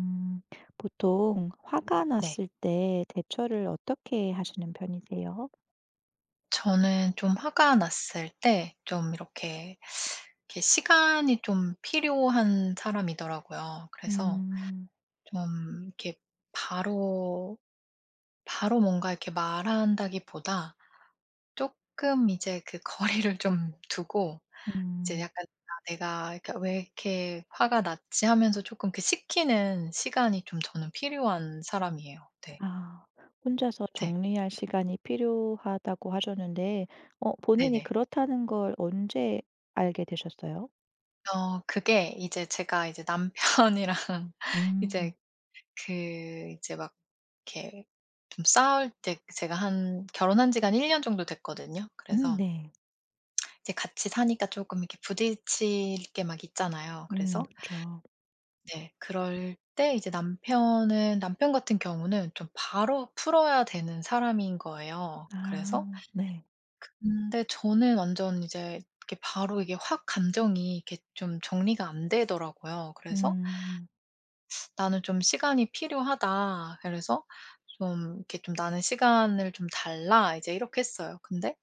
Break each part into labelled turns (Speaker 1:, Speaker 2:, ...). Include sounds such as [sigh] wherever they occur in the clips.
Speaker 1: 음, 보통 화가
Speaker 2: 네.
Speaker 1: 났을 때 대처를 어떻게 하시는 편이세요?
Speaker 2: 저는 좀 화가 났을 때 좀 이렇게 시간이 좀 필요한 사람이더라고요. 그래서
Speaker 1: 음.
Speaker 2: 좀 이렇게 바로 바로 뭔가 이렇게 말한다기보다 조금 이제 그 [laughs] 거리를 좀 두고 이제
Speaker 1: 음.
Speaker 2: 약간 '아 내가 이렇게 왜 이렇게 화가 났지?' 하면서 조금 그 식히는 시간이 좀 저는 필요한 사람이에요. 네.
Speaker 1: 아, 혼자서
Speaker 2: 네.
Speaker 1: 정리할 시간이 필요하다고 하셨는데, 어, 본인이
Speaker 2: 네네.
Speaker 1: 그렇다는 걸 언제 알게 되셨어요?
Speaker 2: 어 그게 이제 제가 이제 남편이랑 [laughs] 이제
Speaker 1: 음.
Speaker 2: 그 이제 막 이렇게 좀 싸울 때 제가 한 결혼한 지가 한 1년 년 정도 됐거든요. 그래서
Speaker 1: 네.
Speaker 2: 이제 같이 사니까 조금 이렇게 부딪힐 게 막 있잖아요. 그래서
Speaker 1: 그렇죠.
Speaker 2: 네 그럴 때 이제 남편은 남편 같은 경우는 좀 바로 풀어야 되는 사람인 거예요. 그래서
Speaker 1: 아, 네.
Speaker 2: 근데 저는 완전 이제 이렇게 바로 이게 확 감정이 이렇게 좀 정리가 안 되더라고요. 그래서
Speaker 1: 음.
Speaker 2: "나는 좀 시간이 필요하다." 그래서 좀 이렇게 좀 "나는 시간을 좀 달라." 이제 이렇게 했어요. 근데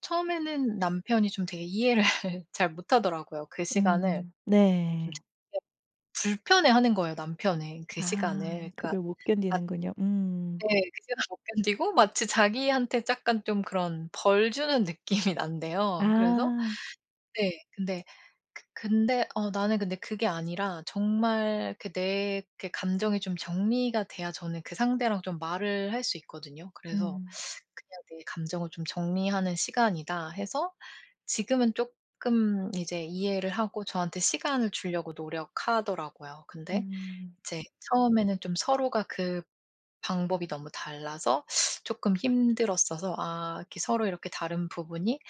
Speaker 2: 처음에는 남편이 좀 되게 이해를 [laughs] 잘 못하더라고요. 그 시간을 좀
Speaker 1: 네.
Speaker 2: 되게 불편해하는 거예요, 남편이 그
Speaker 1: 아,
Speaker 2: 시간을. 그러니까
Speaker 1: 그걸 못
Speaker 2: 아
Speaker 1: 견디는군요. 음.
Speaker 2: 네. 그 시간을 못 견디고 마치 자기한테 약간 좀 그런 벌 주는 느낌이 [laughs] 난대요. 그래서
Speaker 1: 아.
Speaker 2: 네. 근데 그 근데 어 나는 근데 그게 아니라 정말 그 내 그 감정이 좀 정리가 돼야 저는 그 상대랑 좀 말을 할 수 있거든요. 그래서
Speaker 1: 음.
Speaker 2: '그냥 내 감정을 좀 정리하는 시간이다.' 해서 지금은 조금 이제 이해를 하고 저한테 시간을 주려고 노력하더라고요. 근데
Speaker 1: 음.
Speaker 2: 이제 처음에는 좀 서로가 그 방법이 너무 달라서 조금 힘들었어서 '아 이렇게 서로 이렇게 다른 부분이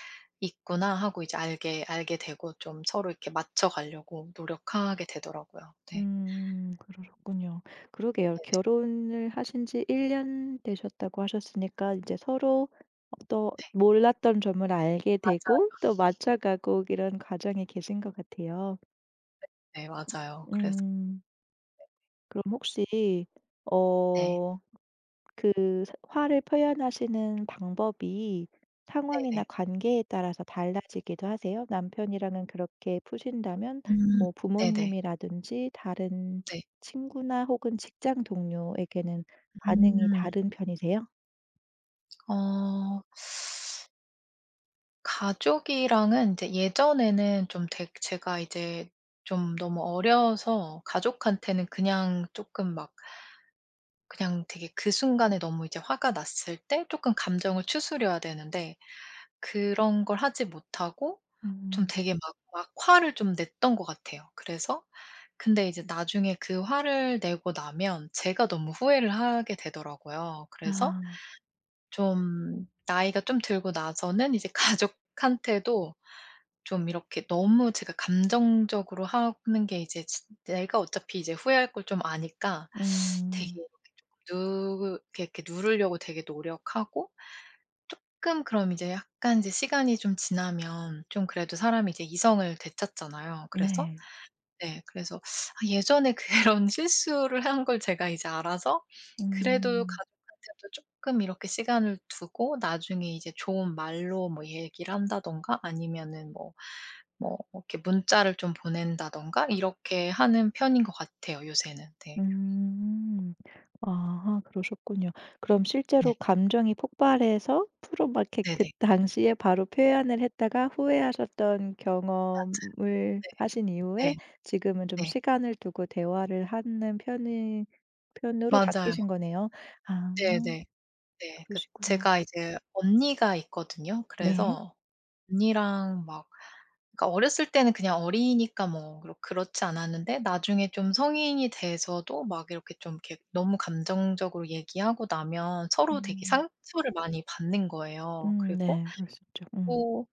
Speaker 2: 있구나.' 하고 이제 알게 되고 좀 서로 이렇게 맞춰가려고 노력하게 되더라고요. 네.
Speaker 1: 음, 그러셨군요. 그러게요.
Speaker 2: 네네.
Speaker 1: 결혼을 하신 지 1년 되셨다고 하셨으니까 이제 서로 또
Speaker 2: 네.
Speaker 1: 몰랐던 점을 알게
Speaker 2: 맞아요.
Speaker 1: 되고 또 맞춰 가고 이런 과정에 계신 것 같아요.
Speaker 2: 네 맞아요. 그래서
Speaker 1: 음, 그럼 혹시
Speaker 2: 네.
Speaker 1: 어 그 사 화를 표현하시는 방법이 상황이나
Speaker 2: 네네.
Speaker 1: 관계에 따라서 달라지기도 하세요? 남편이랑은 그렇게 푸신다면
Speaker 2: 음.
Speaker 1: 뭐
Speaker 2: 네네.
Speaker 1: 부모님이라든지 다른
Speaker 2: 네.
Speaker 1: 친구나 혹은 직장 동료에게는 반응이
Speaker 2: 음.
Speaker 1: 다른 편이세요?
Speaker 2: 어. 가족이랑은 이제 예전에는 좀 되 제가 이제 좀 너무 어려서 가족한테는 그냥 조금 막 그냥 되게 그 순간에 너무 이제 화가 났을 때 조금 감정을 추스려야 되는데 그런 걸 하지 못하고 좀
Speaker 1: 음.
Speaker 2: 되게 막 화를 좀 냈던 것 같아요. 그래서 근데 이제 나중에 그 화를 내고 나면 제가 너무 후회를 하게 되더라고요. 그래서
Speaker 1: 아.
Speaker 2: 좀 나이가 좀 들고 나서는 이제 [laughs] 가족한테도 좀 이렇게 너무 제가 감정적으로 하는 게 이제 내가 어차피 이제 후회할 걸 좀 아니까 되게
Speaker 1: 음.
Speaker 2: 이렇게 좀 누 이렇게 누르려고 되게 노력하고 조금 그럼 이제 약간 이제 시간이 좀 지나면 좀 그래도 사람이 이제 이성을 되찾잖아요. 그래서
Speaker 1: 네.
Speaker 2: 네 그래서 아 예전에 그런 [laughs] 실수를 한 걸 제가 이제 알아서 그래도
Speaker 1: 음.
Speaker 2: 가족한테도 조금 이렇게 시간을 두고 나중에 이제 좋은 말로 뭐 얘기를 한다든가 아니면은 뭐 뭐 이렇게 문자를 좀 보낸다든가 이렇게 하는 편인 것 같아요 요새는. 네.
Speaker 1: 음. 아, 그러셨군요. 그럼 실제로
Speaker 2: 네.
Speaker 1: 감정이 폭발해서 프로 막 이렇게 그
Speaker 2: 네네.
Speaker 1: 당시에 바로 표현을 했다가 후회하셨던
Speaker 2: 아
Speaker 1: 경험을 하신
Speaker 2: 네.
Speaker 1: 이후에
Speaker 2: 네.
Speaker 1: 지금은 좀
Speaker 2: 네.
Speaker 1: 시간을 두고 대화를 하는 편이 편으로
Speaker 2: 맞아요.
Speaker 1: 바뀌신 거네요. 아,
Speaker 2: 네네. 네. 그
Speaker 1: 그러시군요.
Speaker 2: 제가 이제 언니가 있거든요.
Speaker 1: 네.
Speaker 2: 그래서 언니랑 막 그러니까 어렸을 때는 그냥 어리니까 뭐 그렇지 않았는데 나중에 좀 성인이 돼서도 막 이렇게 좀 이렇게 너무 감정적으로 얘기하고 나면 서로 되게
Speaker 1: 음.
Speaker 2: 상처를 많이 받는 거예요.
Speaker 1: 음,
Speaker 2: 그리고
Speaker 1: 네. 그럴 수 있죠. 음.
Speaker 2: 또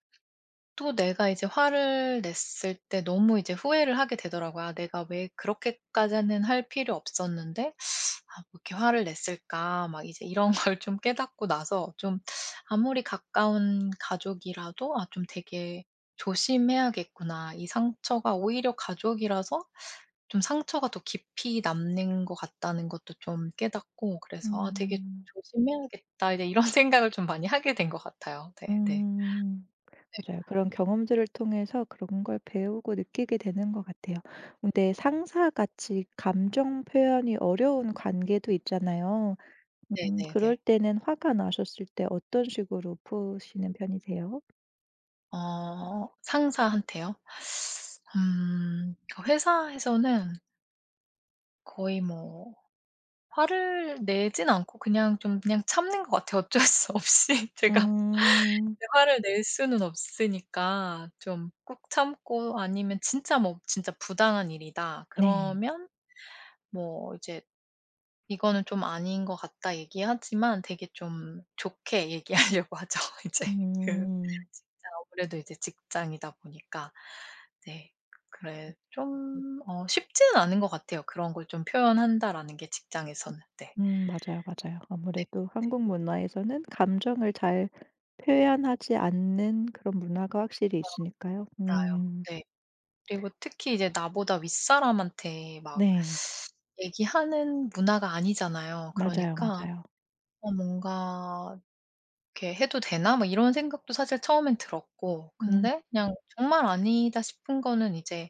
Speaker 2: 또 내가 이제 화를 냈을 때 너무 이제 후회를 하게 되더라고요. '아 내가 왜 그렇게까지는 할 필요 없었는데 아 왜 이렇게 화를 냈을까.' 막 이제 이런 [laughs] 걸 좀 깨닫고 나서 좀 아무리 가까운 가족이라도 '아 좀 되게 조심해야겠구나. 이 상처가 오히려 가족이라서 좀 상처가 더 깊이 남는 것 같다.'는 것도 좀 깨닫고 그래서 '아 되게
Speaker 1: 음.
Speaker 2: 조심해야겠다.' 이제 이런 [laughs] 생각을 좀 많이 하게 된 것 같아요. 네 네.
Speaker 1: 음. 맞아요. 그런 경험들을 통해서 그런 걸 배우고 느끼게 되는 것 같아요. 근데 상사같이 감정 표현이 어려운 관계도 있잖아요. 음, 그럴
Speaker 2: 네네네.
Speaker 1: 때는 화가 나셨을 때 어떤 식으로 푸시는 편이세요?
Speaker 2: 어 상사한테요? 그 회사에서는 거의 뭐 화를 내진 않고 그냥 좀 그냥 참는 것 같아요. 어쩔 수 없이 [laughs] 제가
Speaker 1: 음.
Speaker 2: 네 화를 낼 수는 없으니까 좀 꾹 참고 아니면 진짜 뭐 진짜 부당한 일이다
Speaker 1: 네.
Speaker 2: 그러면 뭐 이제 "이거는 좀 아닌 것 같다." 얘기하지만 되게 좀 좋게 얘기하려고 하죠. [laughs] 이제 그
Speaker 1: 음.
Speaker 2: 진짜 아무래도 이제 직장이다 보니까. 네. 그래 좀 어 쉽지는 않은 것 같아요. 그런 걸 좀 표현한다라는 게 직장에서는. 네.
Speaker 1: 음, 맞아요, 맞아요.
Speaker 2: 네.
Speaker 1: 아무래도 한국 문화에서는 감정을 잘 표현하지 않는 그런 문화가 확실히 있으니까요.
Speaker 2: 아요
Speaker 1: 음.
Speaker 2: 네. 그리고 특히 이제 나보다 윗사람한테 막
Speaker 1: 네.
Speaker 2: 얘기하는 문화가 아니잖아요.
Speaker 1: 맞아요,
Speaker 2: 그러니까
Speaker 1: 맞아요.
Speaker 2: 어 뭔가 '이렇게 해도 되나?' 뭐 이런 생각도 사실 처음엔 들었고
Speaker 1: 음.
Speaker 2: 근데 그냥 정말 아니다 싶은 거는 이제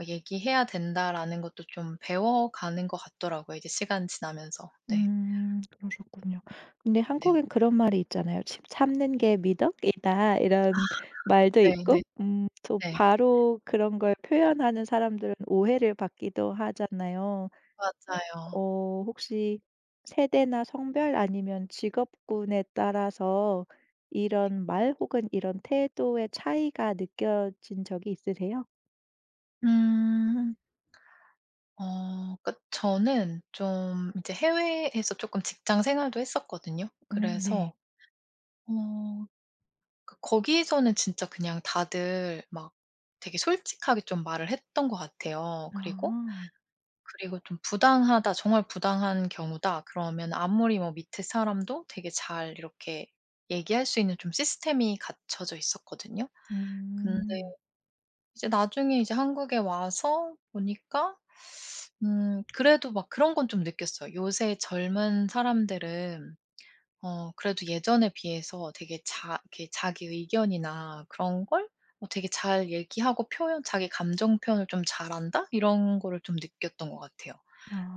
Speaker 2: 어 '얘기해야 된다.'라는 것도 좀 배워가는 것 같더라고요 이제 시간이 지나면서. 네.
Speaker 1: 음, 그러셨군요. 근데
Speaker 2: 네.
Speaker 1: 한국엔 그런 말이 있잖아요. "침 참는 게 미덕이다." 이런 말도
Speaker 2: 네네
Speaker 1: 있고
Speaker 2: 네.
Speaker 1: 또
Speaker 2: 네.
Speaker 1: 바로 그런 걸 표현하는 사람들은 오해를 받기도 하잖아요.
Speaker 2: 맞아요.
Speaker 1: 어, 혹시 세대나 성별 아니면 직업군에 따라서 이런 말 혹은 이런 태도의 차이가 느껴진 적이 있으세요?
Speaker 2: 음. 어 그러니까 저는 좀 이제 해외에서 쪼끔 직장 생활도 했었거든요.
Speaker 1: 음, 네.
Speaker 2: 그래서 어 그 거기서는 진짜 그냥 다들 막 되게 솔직하게 좀 말을 했던 것 같아요. 그리고
Speaker 1: 아.
Speaker 2: 그리고 좀 '부당하다. 정말 부당한 경우다.' 그러면 아무리 뭐 밑에 사람도 되게 잘 이렇게 얘기할 수 있는 좀 시스템이 갖춰져 있었거든요. 근데
Speaker 1: 음.
Speaker 2: 이제 나중에 이제 한국에 와서 보니까 그래도 막 그런 건 좀 느꼈어요. 요새 젊은 사람들은 어 그래도 예전에 비해서 되게 자 이렇게 자기 의견이나 그런 걸 어 되게 잘 얘기하고 표현 '자기 감정 표현을 좀 잘한다.' 이런 거를 좀 느꼈던 것 같아요.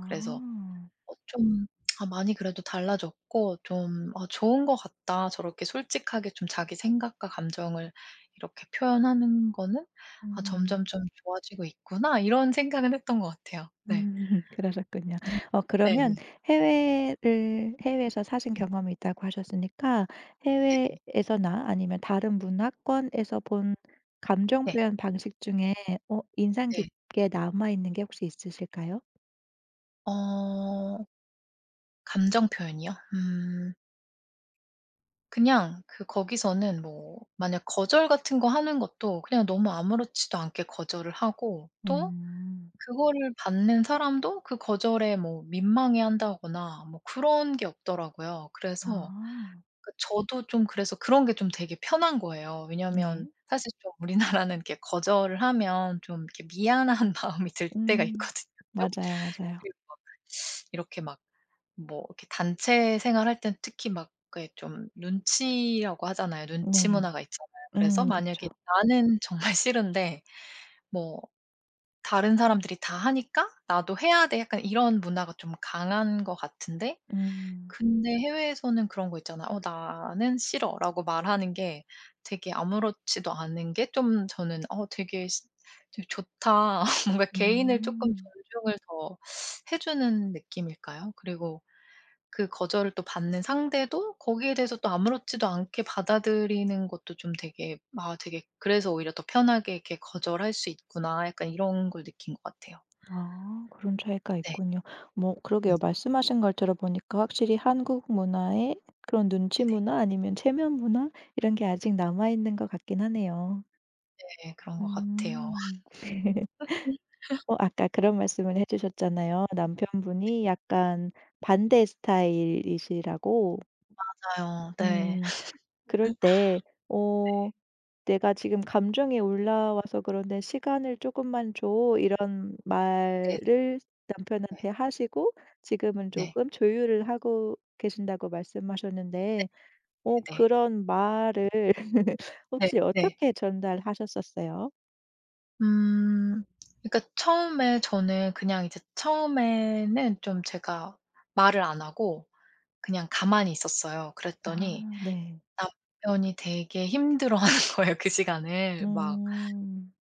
Speaker 2: 그래서 어 좀 아 많이 그래도 달라졌고 좀 '아 좋은 것 같다. 저렇게 솔직하게 좀 자기 생각과 감정을 이렇게 표현하는 거는 아 점점
Speaker 1: 음.
Speaker 2: 좀 좋아지고 있구나.' 이런 생각은 했던 것 같아요. 네.
Speaker 1: 음. [laughs] 그러셨군요.
Speaker 2: 음.
Speaker 1: 어, 그러면
Speaker 2: 네네.
Speaker 1: 해외를 해외에서 사신
Speaker 2: 음
Speaker 1: 경험이 있다고 하셨으니까
Speaker 2: 네네.
Speaker 1: 해외에서나 아니면 다른 문화권에서 본 감정
Speaker 2: 네.
Speaker 1: 표현 방식 중에 어 인상
Speaker 2: 네.
Speaker 1: 깊게 남아 있는 게 혹시 있으실까요?
Speaker 2: 어 감정 표현이요? 그냥 그 거기서는 뭐 만약 거절 같은 거 하는 것도 그냥 너무 아무렇지도 않게 거절을 하고 또
Speaker 1: 음.
Speaker 2: 그거를 받는 사람도 그 거절에 뭐 민망해한다거나 뭐 그런 게 없더라고요. 그래서
Speaker 1: 아,
Speaker 2: 그 저도 좀 그래서 그런 게 좀 되게 편한 거예요.
Speaker 1: 네.
Speaker 2: 왜냐하면 사실 좀 우리나라는 이렇게 거절을 하면 좀 이렇게 미안한 [laughs] 마음이 들 때가
Speaker 1: 음.
Speaker 2: 있거든요. 좀
Speaker 1: 맞아요, 맞아요.
Speaker 2: 이렇게 막 뭐 이렇게 단체 생활할 땐 특히 막 그게 좀 눈치라고 하잖아요. 눈치
Speaker 1: 네.
Speaker 2: 문화가 있잖아요. 그래서
Speaker 1: 음, 그쵸.
Speaker 2: 만약에 나는 정말 싫은데 뭐 '다른 사람들이 다 하니까 나도 해야 돼.' 약간 이런 문화가 좀 강한 것 같은데
Speaker 1: 음.
Speaker 2: 근데 해외에서는 그런 거 있잖아요. "어 나는 싫어."라고 말하는 게 되게 아무렇지도 않은 게 좀 저는 어 되게 시 되게 좋다. [laughs] 뭔가 개인을 쪼끔
Speaker 1: 음.
Speaker 2: 존중을 더 해 주는 느낌일까요? 그리고 그 거절을 또 받는 상대도 거기에 대해서 또 아무렇지도 않게 받아들이는 것도 좀 되게 아 되게 그래서 오히려 더 편하게 이렇게 '거절할 수 있구나.' 약간 이런 걸 느낀 것 같아요.
Speaker 1: 아, 그런 차이가
Speaker 2: 네.
Speaker 1: 있군요. 뭐,
Speaker 2: 음
Speaker 1: 그러게요. 말씀하신 걸 들어보니까 확실히 한국 문화의 그런 눈치
Speaker 2: 네네.
Speaker 1: 문화 아니면 체면 문화 이런 게 아직 남아 있는 것 같긴 하네요.
Speaker 2: 네 그런 것 같아요.
Speaker 1: 음. [laughs] 어, 아까 그런 말씀을 해 주셨잖아요. 남편분이 약간 반대 스타일이시라고.
Speaker 2: 맞아요. 네.
Speaker 1: 음. 그럴 때 어 "내가 지금 감정이 올라와서 그런데 시간을 조금만 줘." 이런
Speaker 2: 네네네.
Speaker 1: 말을 남편한테 하시고 지금은
Speaker 2: 네.
Speaker 1: 조금 조율을 하고 계신다고 말씀하셨는데 어
Speaker 2: 네네.
Speaker 1: 그런 말을 [laughs]
Speaker 2: 네.
Speaker 1: 혹시
Speaker 2: 네.
Speaker 1: 어떻게 전달하셨었어요?
Speaker 2: 음 그러니까 처음에 저는 그냥 이제 처음에는 좀 제가 말을 안 하고 그냥 가만히 있었어요. 그랬더니
Speaker 1: 아, 네.
Speaker 2: 남편이 되게 힘들어하는 거예요, 그 시간을. 막
Speaker 1: 음.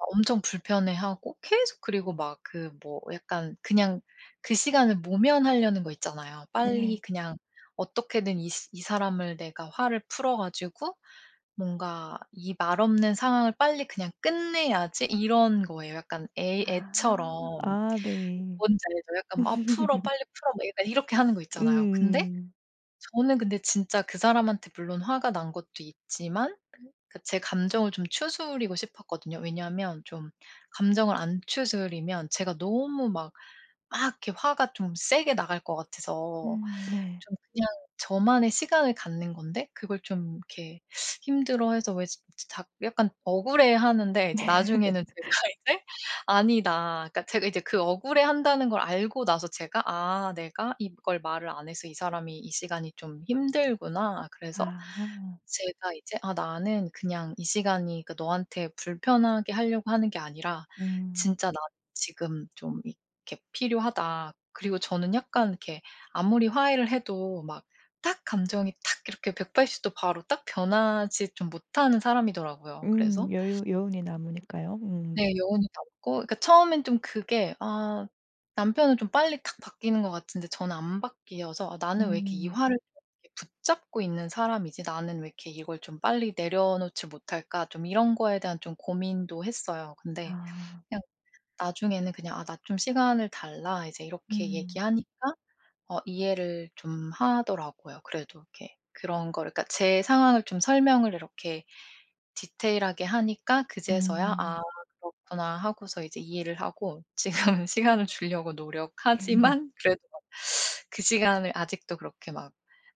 Speaker 2: 엄청 불편해하고 계속 그리고 막 그 뭐 약간 그냥 그 시간을 모면하려는 거 있잖아요. 빨리
Speaker 1: 네.
Speaker 2: 그냥 어떻게든 이 스 이 사람을 내가 화를 풀어 가지고 뭔가 이 말없는 상황을 빨리 그냥 끝내야지 이런 거예요. 약간 애
Speaker 1: 아.
Speaker 2: 애처럼.
Speaker 1: 아, 네.
Speaker 2: 뭔지 알죠? 약간 막 "아 풀어.
Speaker 1: [laughs]
Speaker 2: 빨리 풀어." 막 약간 이렇게 하는 거 있잖아요. 근데
Speaker 1: 음.
Speaker 2: 저는 근데 진짜 그 사람한테 물론 화가 난 것도 있지만 그 제 감정을 좀 추스리고 싶었거든요. 왜냐하면 좀 감정을 안 추스리면 제가 너무 막 이렇게 화가 좀 세게 나갈 것 같아서
Speaker 1: 음, 네.
Speaker 2: 좀 그냥 저만의 시간을 갖는 건데 그걸 좀 이렇게 힘들어해서 왜 지 작 약간 억울해하는데 이제 나중에는
Speaker 1: [laughs]
Speaker 2: [laughs] 제가 이제 '아니다.' 그러니까 제가 이제 그 억울해한다는 걸 알고 나서 제가 '아 내가 이걸 말을 안 해서 이 사람이 이 시간이 좀 힘들구나.' 그래서
Speaker 1: 아.
Speaker 2: 제가 이제 '아 나는 그냥 이 시간이 그 너한테 불편하게 하려고 하는 게 아니라
Speaker 1: 음.
Speaker 2: 진짜 나는 지금 좀이 이렇게 필요하다. 그리고 저는 약간 이렇게 아무리 화해를 해도 막 딱 감정이 탁 이렇게 180도 바로 딱 변하지 좀 못하는 사람이더라고요. 그래서
Speaker 1: 음, 여유 여운이 남으니까요. 음.
Speaker 2: 네 여운이 남고 그러니까 처음엔 좀 그게 아 남편은 좀 빨리 탁 바뀌는 것 같은데 저는 안 바뀌어서 '아 나는 왜 이렇게 이
Speaker 1: 음.
Speaker 2: 화를 이렇게 붙잡고 있는 사람이지? 나는 왜 이렇게 이걸 좀 빨리 내려놓지 못할까?' 좀 이런 거에 대한 좀 고민도 했어요. 근데
Speaker 1: 아.
Speaker 2: 그냥 나중에는 그냥 "아 나 좀 시간을 달라." 이제 이렇게
Speaker 1: 음.
Speaker 2: 얘기하니까 어 이해를 좀 하더라고요. 그래도 이렇게 그런 거를 그러니까 제 상황을 좀 설명을 이렇게 디테일하게 하니까 그제서야 '아
Speaker 1: 음.
Speaker 2: 그렇구나.' 하고서 이제 이해를 하고 지금은 [laughs] 시간을 주려고 노력하지만
Speaker 1: [laughs]
Speaker 2: 그래도 막그 시간을 아직도 그렇게 막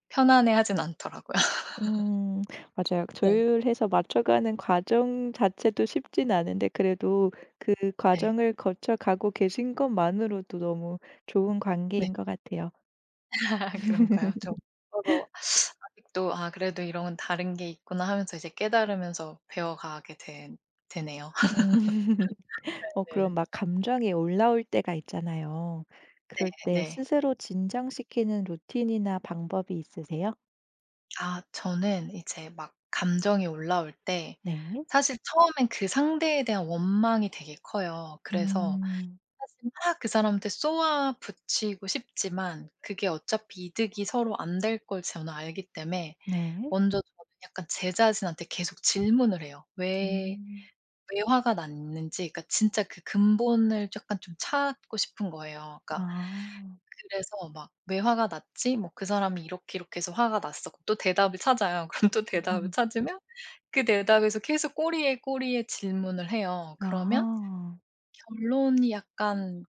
Speaker 2: 편안해하진 않더라고요. [laughs]
Speaker 1: 음. 맞아요.
Speaker 2: 네.
Speaker 1: 조율해서 맞춰가는 과정 자체도 쉽진 않은데 그래도 그
Speaker 2: 네.
Speaker 1: 과정을 거쳐가고 계신 것만으로도 너무 좋은
Speaker 2: 네.
Speaker 1: 관계인 것 같아요.
Speaker 2: [laughs] 그런가요? 좀 서로 아직도 '아 그래도 이런 건 다른 게 있구나.' 하면서 이제 깨달으면서 배워가게 된 되네요. [laughs]
Speaker 1: 음. [laughs] 어,
Speaker 2: 네
Speaker 1: 그럼
Speaker 2: 네.
Speaker 1: 막 감정이 올라올 때가 있잖아요. 그럴 때
Speaker 2: 네.
Speaker 1: 스스로 진정시키는 루틴이나 방법이 있으세요?
Speaker 2: 아 저는 이제 막 감정이 올라올 때
Speaker 1: 네.
Speaker 2: 사실 처음엔 그 상대에 대한 원망이 되게 커요. 그래서
Speaker 1: 음.
Speaker 2: 사실 막 그 사람한테 쏘아 붙이고 싶지만 그게 어차피 이득이 서로 안 될 걸 저는 알기 때문에
Speaker 1: 네.
Speaker 2: 먼저 저는 약간 제 자신한테 계속 질문을 해요. "왜
Speaker 1: 음.
Speaker 2: 왜 화가 났는지 그러니까 진짜 그 근본을 약간 좀 찾고 싶은 거예요. 그러니까
Speaker 1: 아.
Speaker 2: 그래서 막 "왜 화가 났지?" 뭐 "그 사람이 이렇게 이렇게 해서 화가 났어." 그럼 또 대답을 찾아요. [laughs] 그럼 또 대답을
Speaker 1: 음.
Speaker 2: 찾으면 그 대답에서 계속 꼬리에 꼬리에 질문을 해요. 그러면
Speaker 1: 아,
Speaker 2: 결론이 약간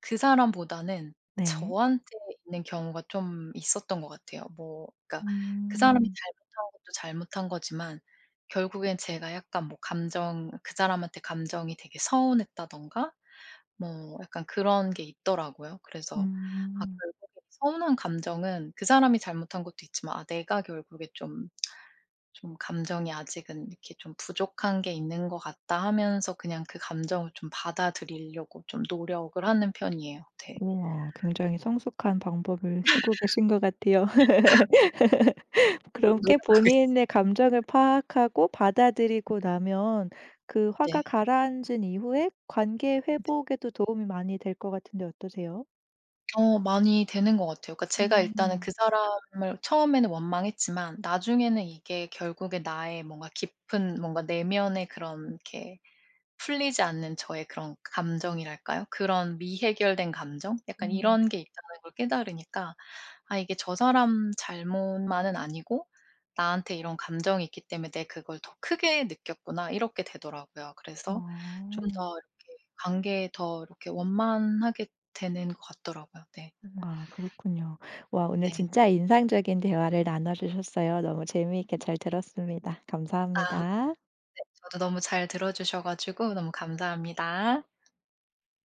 Speaker 2: 그 사람보다는
Speaker 1: 네.
Speaker 2: 저한테 있는 경우가 좀 있었던 것 같아요. 뭐 그러니까 그 사람이
Speaker 1: 음.
Speaker 2: 잘못한 것도 잘못한 거지만 결국엔 제가 약간 뭐 감정 그 사람한테 감정이 되게 서운했다든가 뭐 약간 그런 게 있더라고요. 그래서 아
Speaker 1: 음.
Speaker 2: 결국에 서운한 감정은 그 사람이 잘못한 것도 있지만 '아 내가 결국에 좀 좀 감정이 아직은 이렇게 좀 부족한 게 있는 것 같다.' 하면서 그냥 그 감정을 좀 받아들이려고 좀 노력을 하는 편이에요. 네.
Speaker 1: 우와. 굉장히 성숙한 방법을 쓰고 계신 것 같아요. [laughs]
Speaker 2: 노 노
Speaker 1: 그렇게
Speaker 2: 력하고 있어요.
Speaker 1: 본인의 감정을 파악하고 받아들이고 나면 그 화가
Speaker 2: 네.
Speaker 1: 가라앉은 이후에 관계 회복에도 도움이 많이 될 것 같은데 어떠세요?
Speaker 2: 어 많이 되는 것 같아요. 그러니까 제가 일단은
Speaker 1: 음.
Speaker 2: 그 사람을 처음에는 원망했지만 나중에는 이게 결국에 나의 뭔가 깊은 뭔가 내면의 그런 이렇게 풀리지 않는 저의 그런 감정이랄까요? 그런 미해결된 감정? 약간
Speaker 1: 음.
Speaker 2: 이런 게 있다는 걸 깨달으니까 '아 이게 저 사람 잘못만은 아니고 나한테 이런 감정이 있기 때문에 내 그걸 더 크게 느꼈구나.' 이렇게 되더라고요. 그래서 좀 더
Speaker 1: 어.
Speaker 2: 이렇게 관계에 더 이렇게 원만하게 되는 것 같더라고요. 네.
Speaker 1: 아, 그렇군요. 와, 오늘
Speaker 2: 네.
Speaker 1: 진짜 인상적인 대화를 나눠 주셨어요. 너무 재미있게 잘 들었습니다.
Speaker 2: 아
Speaker 1: 감사합니다.
Speaker 2: 네. 저도 너무 잘 들어 주셔 가지고 너무 감사합니다.